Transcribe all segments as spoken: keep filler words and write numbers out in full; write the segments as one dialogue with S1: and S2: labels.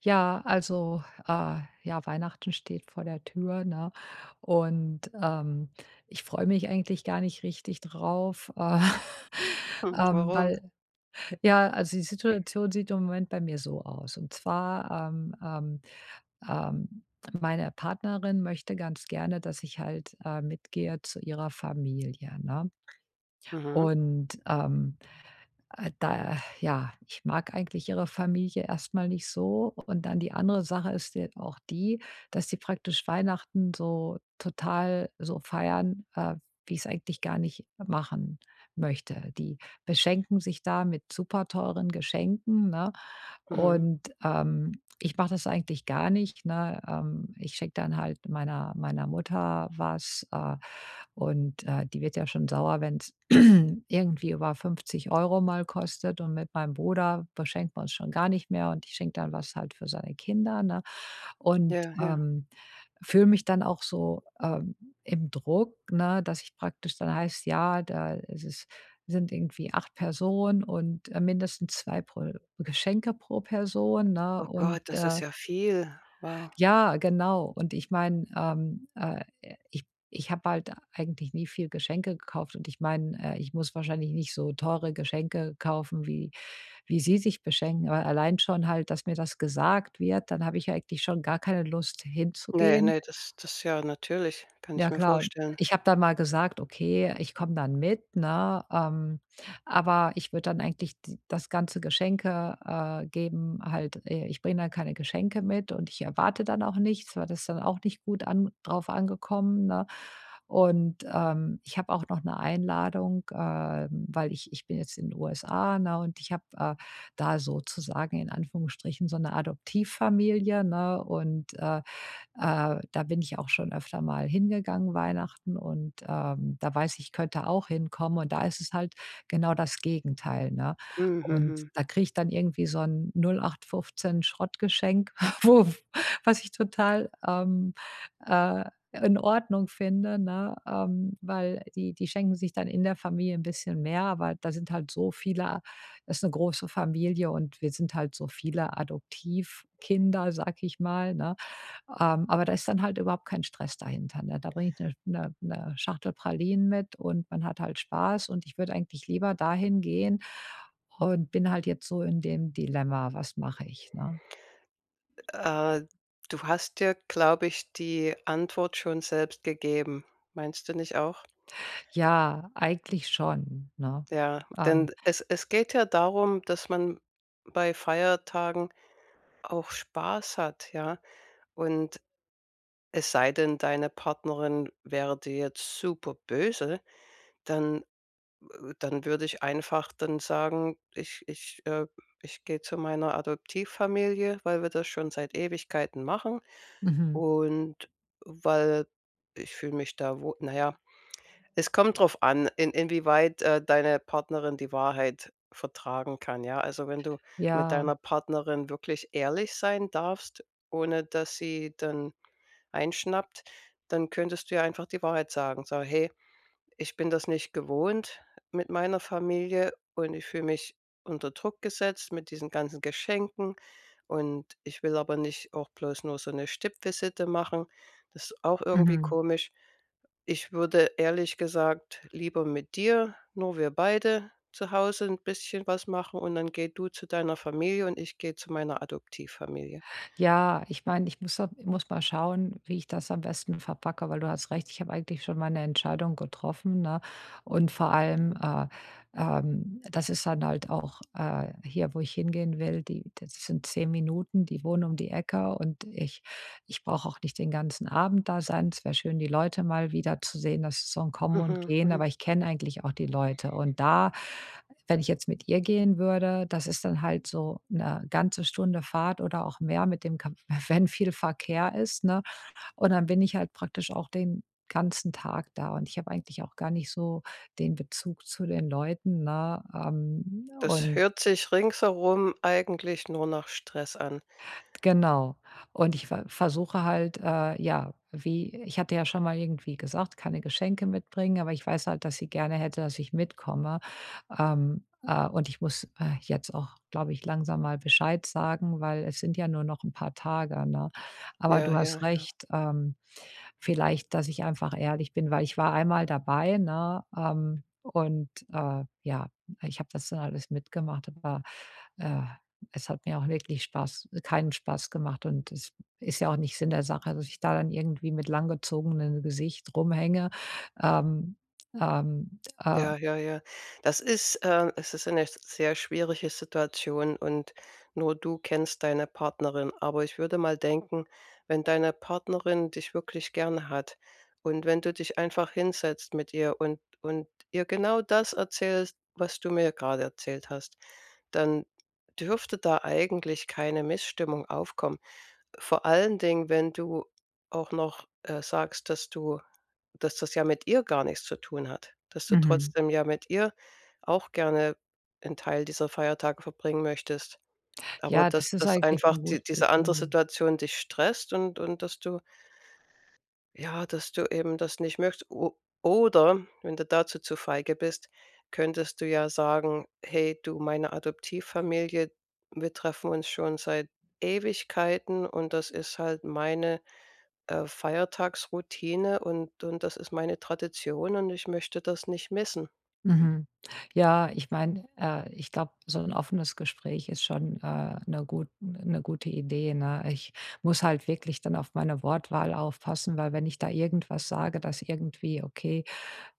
S1: Ja, also, äh, ja, Weihnachten steht vor der Tür, ne? Und, ähm, ich freue mich eigentlich gar nicht richtig drauf, äh,
S2: Hm,
S1: ähm,
S2: warum?
S1: weil ja, also die Situation sieht im Moment bei mir so aus. Und zwar, ähm, ähm, ähm, meine Partnerin möchte ganz gerne, dass ich halt, äh, mitgehe zu ihrer Familie, ne?
S2: Mhm,
S1: Und, ähm äh, da ja, ich mag eigentlich ihre Familie erstmal nicht so. Und dann die andere Sache ist ja auch die, dass sie praktisch Weihnachten so total so feiern, äh, wie ich's eigentlich gar nicht machen möchte. Die beschenken sich da mit super teuren Geschenken, ne?
S2: mhm.
S1: Und, ähm, ich mache das eigentlich gar nicht, ne? Ähm, ich schenke dann halt meiner meiner Mutter was, äh, und, äh, die wird ja schon sauer, wenn es irgendwie über fünfzig Euro mal kostet, und mit meinem Bruder beschenkt man uns schon gar nicht mehr und ich schenke dann was halt für seine Kinder, ne? Und,
S2: Ja, ja.
S1: ähm, fühle mich dann auch so, ähm, im Druck, ne, dass ich praktisch dann heißt, ja, da ist es sind irgendwie acht Personen und, äh, mindestens zwei pro Geschenke pro Person, ne?
S2: Oh
S1: Und,
S2: Gott, das ist
S1: äh
S2: ja viel. Wow.
S1: ja, genau. Und ich meine, ähm, äh, ich ich habe halt eigentlich nie viel Geschenke gekauft und ich meine, äh, ich muss wahrscheinlich nicht so teure Geschenke kaufen, wie wie sie sich beschenken, aber allein schon halt, dass mir das gesagt wird, dann habe ich eigentlich schon gar keine Lust,
S2: Ne,
S1: hinzugehen.
S2: ne, das das ja, natürlich, kann ich
S1: Ja
S2: mir
S1: klar.
S2: vorstellen.
S1: Ich habe dann mal gesagt: „Okay, ich komme dann mit", ne? Ähm, aber ich würde dann eigentlich d das ganze Geschenke, äh, geben halt, äh, ich bringe dann keine Geschenke mit und ich erwarte dann auch nichts, weil das dann auch nicht gut an drauf angekommen, ne? Und, ähm, ich habe auch noch eine Einladung, ähm, weil ich ich bin jetzt in den U S A, ne, und ich habe, äh, da sozusagen in Anführungsstrichen so eine Adoptivfamilie, ne? Und, äh äh, da bin ich auch schon öfter mal hingegangen Weihnachten, und, ähm, da weiß ich, ich könnte auch hinkommen und da ist es halt genau das Gegenteil, ne?
S2: Mhm,
S1: Und
S2: mhm.
S1: da kriege ich dann irgendwie so 'n null acht fünfzehn Schrottgeschenk, wo was ich total, ähm, äh, in Ordnung finde, ne, ähm, weil die die schenken sich dann in der Familie ein bisschen mehr, aber da sind halt so viele. Das ist eine große Familie und wir sind halt so viele Adoptivkinder, sag ich mal, ne? Ähm, aber da ist dann halt überhaupt kein Stress dahinter, ne? Da bringe ich eine 'ne 'ne Schachtel Pralinen mit und man hat halt Spaß und ich würde eigentlich lieber dahin gehen und bin halt jetzt so in dem Dilemma: „Was mache ich", ne?
S2: Äh, du hast dir, glaube ich, die Antwort schon selbst gegeben. Meinst du nicht auch?
S1: Ja, eigentlich schon, ne?
S2: Ja,
S1: Ähm,
S2: denn es es geht ja darum, dass man bei Feiertagen auch Spaß hat, ja? Und es sei denn, deine Partnerin wäre dir jetzt super böse, dann. Äh, dann würde ich einfach dann sagen, ich ich, äh ich gehe zu meiner Adoptivfamilie, weil wir das schon seit Ewigkeiten machen
S1: mhm,
S2: und weil ich fühle mich da wo. Naja, es kommt drauf an, in inwieweit, äh, deine Partnerin die Wahrheit vertragen kann, ja? Also, wenn du mit
S1: ja,
S2: deiner Partnerin wirklich ehrlich sein darfst, ohne dass sie dann einschnappt, dann könntest du ja einfach die Wahrheit sagen. So: „Hey, ich bin das nicht gewohnt mit meiner Familie und ich fühle mich unter Druck gesetzt mit diesen ganzen Geschenken und ich will aber nicht auch bloß nur so eine Stippvisite machen. Das ist auch irgendwie
S1: mhm.
S2: komisch. Ich würde ehrlich gesagt lieber mit dir, nur wir beide zu Hause ein bisschen was machen und dann geh du zu deiner Familie und ich gehe zu meiner Adoptivfamilie.“
S1: Ja, ich meine, ich muss da ich muss mal schauen, wie ich das am besten verpacke, weil du hast recht, ich habe eigentlich schon meine Entscheidung getroffen, ne? Und vor allem, äh, ähm, das ist dann halt auch, äh, hier, wo ich hingehen will, die das sind zehn Minuten, die wohnen um die Ecke und ich ich brauche auch nicht den ganzen Abend da sein. Es wäre schön, die Leute mal wieder zu sehen. Das ist so 'n Kommen und
S2: Mhm,
S1: Gehen,
S2: mhm.
S1: aber ich kenne eigentlich auch die Leute. Und da, wenn ich jetzt mit ihr gehen würde, das ist dann halt so eine ganze Stunde Fahrt oder auch mehr mit dem Kam wenn viel Verkehr ist, ne? Und dann bin ich halt praktisch auch den ganzen Tag da und ich habe eigentlich auch gar nicht so den Bezug zu den Leuten, ne? Ähm,
S2: Das
S1: und
S2: hört sich ringsherum eigentlich nur nach Stress an.
S1: Genau. Und ich ver versuche halt, äh, ja, wie ich hatte ja schon mal irgendwie gesagt, keine Geschenke mitbringen, aber ich weiß halt, dass sie gerne hätte, dass ich mitkomme. Ähm, äh, und ich muss, äh, jetzt auch, glaube ich, langsam mal Bescheid sagen, weil es sind ja nur noch ein paar Tage, ne? Aber
S2: Ja,
S1: du
S2: ja,
S1: hast
S2: ja.
S1: recht, ähm, vielleicht, dass ich einfach ehrlich bin, weil ich war einmal dabei, ne, ähm, und, äh, ja, ich habe das dann alles mitgemacht, aber, äh es hat mir auch wirklich Spaß keinen Spaß gemacht und es ist ja auch nicht Sinn der Sache, dass ich da dann irgendwie mit langgezogenem Gesicht rumhänge. Ähm, ähm, äh
S2: Ja, ja, ja. Das ist äh, es ist eine sehr schwierige Situation und nur du kennst deine Partnerin. Aber ich würde mal denken, wenn deine Partnerin dich wirklich gerne hat und wenn du dich einfach hinsetzt mit ihr und und ihr genau das erzählst, was du mir gerade erzählt hast, dann dürfte da eigentlich keine Missstimmung aufkommen. Vor allen Dingen, wenn du auch noch, äh, sagst, dass du dass das ja mit ihr gar nichts zu tun hat, dass du
S1: Mhm.
S2: trotzdem ja mit ihr auch gerne einen Teil dieser Feiertage verbringen möchtest. Aber
S1: Ja, das
S2: dass
S1: ist
S2: dass
S1: eigentlich
S2: einfach
S1: eine
S2: die
S1: gute
S2: diese andere
S1: Idee.
S2: Situation dich stresst und und dass du ja, dass du eben das nicht möchtest. O oder wenn du dazu zu feige bist, könntest du ja sagen: „Hey du, meine Adoptivfamilie, wir treffen uns schon seit Ewigkeiten und das ist halt meine äh, Feiertagsroutine und und das ist meine Tradition und ich möchte das nicht missen.“
S1: Mhm. Ja, ich meine, äh, ich glaube, so ein offenes Gespräch ist schon, äh, 'ne gut 'ne gute Idee, ne? Ich muss halt wirklich dann auf meine Wortwahl aufpassen, weil wenn ich da irgendwas sage, das irgendwie okay,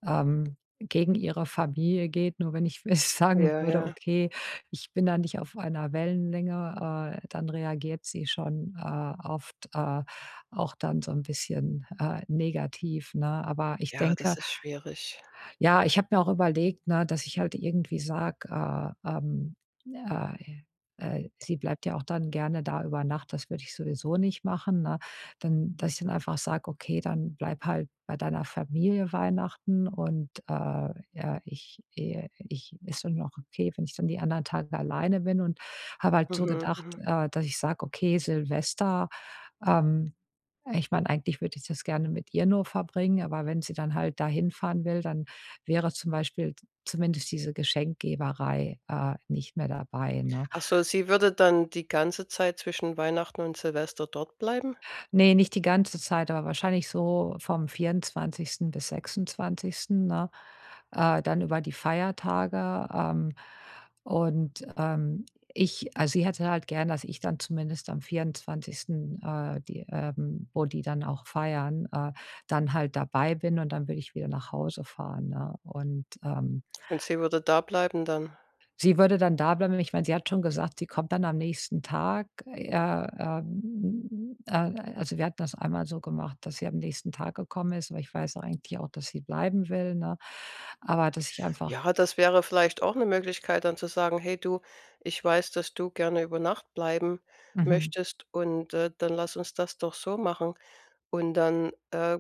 S1: ähm, gegen ihre Familie geht. Nur wenn ich sagen
S2: Ja,
S1: würde:
S2: ja.
S1: „Okay, ich bin da nicht auf einer Wellenlänge", äh, dann reagiert sie schon, äh, oft, äh, auch dann so ein bisschen, äh, negativ, ne? Aber ich
S2: Ja, das
S1: denke,
S2: ist schwierig.
S1: ja, ich habe mir auch überlegt, ne, dass ich halt irgendwie sage, äh, ähm, äh, äh, sie bleibt ja auch dann gerne da über Nacht, das würde ich sowieso nicht machen, ne? Dann, dass ich dann einfach sage: „Okay, dann bleib halt bei deiner Familie Weihnachten und, äh, ja, ich äh, ich ist dann auch okay, wenn ich dann die anderen Tage alleine bin." Und habe halt so
S2: Mhm,
S1: gedacht,
S2: mhm.
S1: äh, dass ich sage: „Okay, Silvester, ähm“ ich meine, eigentlich würde ich das gerne mit ihr nur verbringen, aber wenn sie dann halt da hinfahren will, dann wäre zum Beispiel zumindest diese Geschenkgeberei, äh, nicht mehr dabei, ne?
S2: Ach so, sie würde dann die ganze Zeit zwischen Weihnachten und Silvester dort bleiben?
S1: Ne, nicht die ganze Zeit, aber wahrscheinlich so vom vierundzwanzigsten bis sechsundzwanzigsten., ne? Äh, dann über die Feiertage, ähm, und, ähm, ich also, sie hätte halt gern, dass ich dann zumindest am vierundzwanzigsten., äh, die, ähm wo die dann auch feiern, äh, dann halt dabei bin und dann würde ich wieder nach Hause fahren, ne? Und, ähm
S2: Und sie würde da bleiben dann?
S1: sie würde dann da bleiben. Ich meine, sie hat schon gesagt, sie kommt dann am nächsten Tag. Äh, ähm, äh, also wir hatten das einmal so gemacht, dass sie am nächsten Tag gekommen ist, aber ich weiß eigentlich auch, dass sie bleiben will, ne? Aber dass ich einfach
S2: Ja, das wäre vielleicht auch eine Möglichkeit, dann zu sagen: „Hey du, ich weiß, dass du gerne über Nacht bleiben
S1: mhm.
S2: möchtest und, äh, dann lass uns das doch so machen.“ Und dann, äh,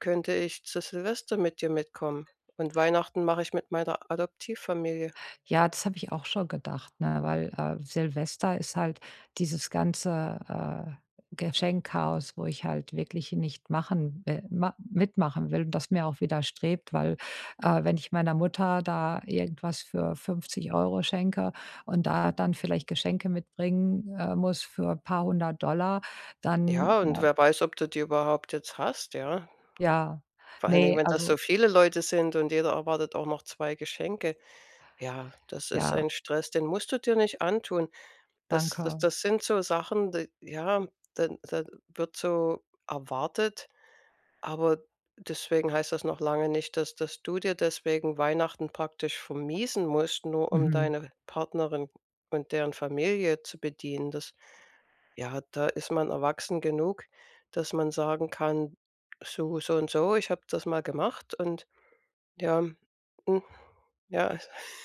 S2: könnte ich zu Silvester mit dir mitkommen. Und Weihnachten mache ich mit meiner Adoptivfamilie.
S1: Ja, das habe ich auch schon gedacht, ne, weil, äh, Silvester ist halt dieses ganze, äh, Geschenkchaos, wo ich halt wirklich nicht machen wi ma mitmachen will und das mir auch widerstrebt, weil, äh, wenn ich meiner Mutter da irgendwas für fünfzig Euro schenke und da dann vielleicht Geschenke mitbringen, äh, muss für ein paar hundert Dollar, dann,
S2: Ja, und
S1: äh
S2: wer weiß, ob du die überhaupt jetzt hast, ja?
S1: ja,
S2: Vor allen Dingen,
S1: ne,
S2: wenn das so
S1: also,
S2: viele Leute sind und jeder erwartet auch noch zwei Geschenke. Ja, das ist
S1: ja,
S2: ein Stress, den musst du dir nicht antun. Das das
S1: danke.
S2: das sind so Sachen, die ja, da da wird so erwartet. Aber deswegen heißt das noch lange nicht, dass dass du dir deswegen Weihnachten praktisch vermiesen musst, nur um
S1: Mhm.
S2: deine Partnerin und deren Familie zu bedienen. Das ja, da ist man erwachsen genug, dass man sagen kann: „So, so und so, ich habe das mal gemacht und ja, hm, ja.“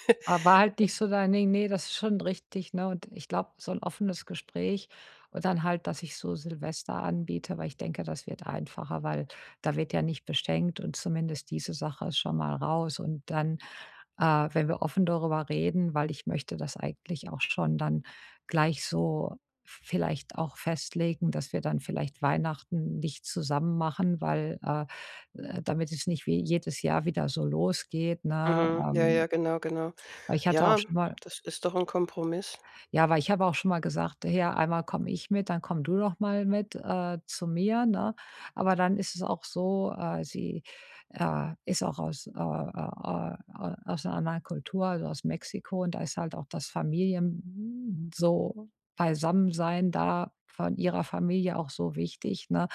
S1: Aber war halt nicht so dein Ding. Nee, das ist schon richtig, ne? Und ich glaube, so ein offenes Gespräch und dann halt, dass ich so Silvester anbiete, weil ich denke, das wird einfacher, weil da wird ja nicht beschenkt und zumindest diese Sache ist schon mal raus. Und dann, äh, wenn wir offen darüber reden, weil ich möchte das eigentlich auch schon dann gleich so vielleicht auch festlegen, dass wir dann vielleicht Weihnachten nicht zusammen machen, weil, äh, äh, damit es nicht wie jedes Jahr wieder so losgeht, ne?
S2: Mhm, ja,
S1: Ähm,
S2: ja, genau, genau.
S1: weil ich hatte auch
S2: Ja,
S1: schon mal
S2: das ist doch ein Kompromiss.
S1: ja, weil ich habe auch schon mal gesagt: „Ja, einmal komme ich mit, dann komm du doch mal mit, äh, zu mir", ne? Aber dann ist es auch so, äh, sie, äh, ist auch aus, äh, äh, äh, aus 'ner anderen Kultur, also aus Mexiko, und da ist halt auch das Familien so Beisammensein da von ihrer Familie auch so wichtig, ne,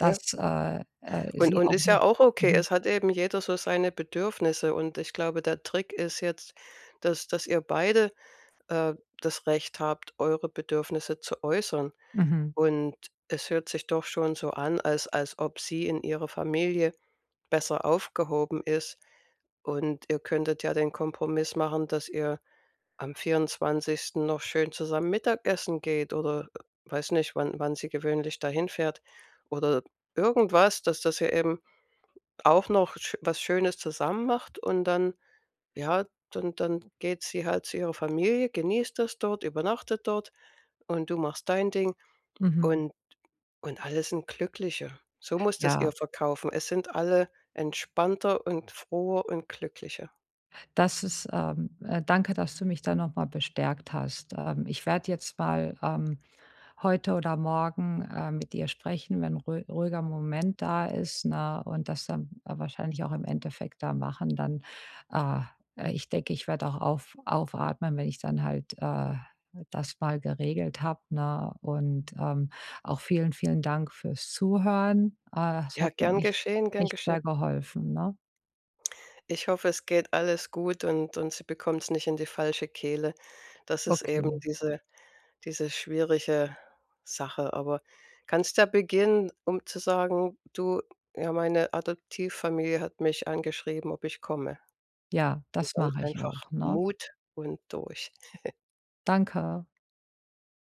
S2: Ja.
S1: äh, äh,
S2: Und
S1: sie
S2: und
S1: auch
S2: ist ja
S1: nicht.
S2: auch okay.
S1: Mhm,
S2: Es hat eben jeder so seine Bedürfnisse und ich glaube, der Trick ist jetzt, dass dass ihr beide, äh, das Recht habt, eure Bedürfnisse zu äußern.
S1: mhm,
S2: Und es hört sich doch schon so an, als als ob sie in ihrer Familie besser aufgehoben ist. Und ihr könntet ja den Kompromiss machen, dass ihr am vierundzwanzigsten noch schön zusammen Mittagessen geht oder äh, weiß nicht, wann wann sie gewöhnlich dahin fährt oder irgendwas, dass dass ihr eben auch noch sch was Schönes zusammen macht und dann ja, dann dann geht sie halt zu ihrer Familie, genießt das dort, übernachtet dort und du machst dein Ding
S1: mhm,
S2: und und alle sind glücklicher. So muss das ihr
S1: ja.
S2: verkaufen. Es sind alle entspannter und froher und glücklicher.
S1: Das ist, ähm, äh, danke, dass du mich da nochmal bestärkt hast. Ähm, ich werde jetzt mal, ähm, heute oder morgen, äh, mit dir sprechen, wenn ruhi- ruhiger Moment da ist, ne, und das dann, äh, wahrscheinlich auch im Endeffekt da machen. Dann, äh, äh, ich denke, ich werde auch auf, aufatmen, wenn ich dann halt, äh, das mal geregelt habe. Ne, und ähm, auch vielen, vielen Dank fürs Zuhören. Äh, es
S2: Ja,
S1: hat mir
S2: gern
S1: echt,
S2: geschehen, gern
S1: echt
S2: geschehen.
S1: sehr geholfen. Ne?
S2: Ich hoffe, es geht alles gut und und sie bekommt es nicht in die falsche Kehle, dass es
S1: Okay.
S2: eben diese. Diese schwierige Sache, aber kannst du ja beginnen, um zu sagen: „Du, ja, meine Adoptivfamilie hat mich angeschrieben, ob ich komme.“
S1: Ja,
S2: Und
S1: das
S2: dann
S1: mache ich
S2: einfach
S1: auch, ne?
S2: Mut und durch.
S1: Danke.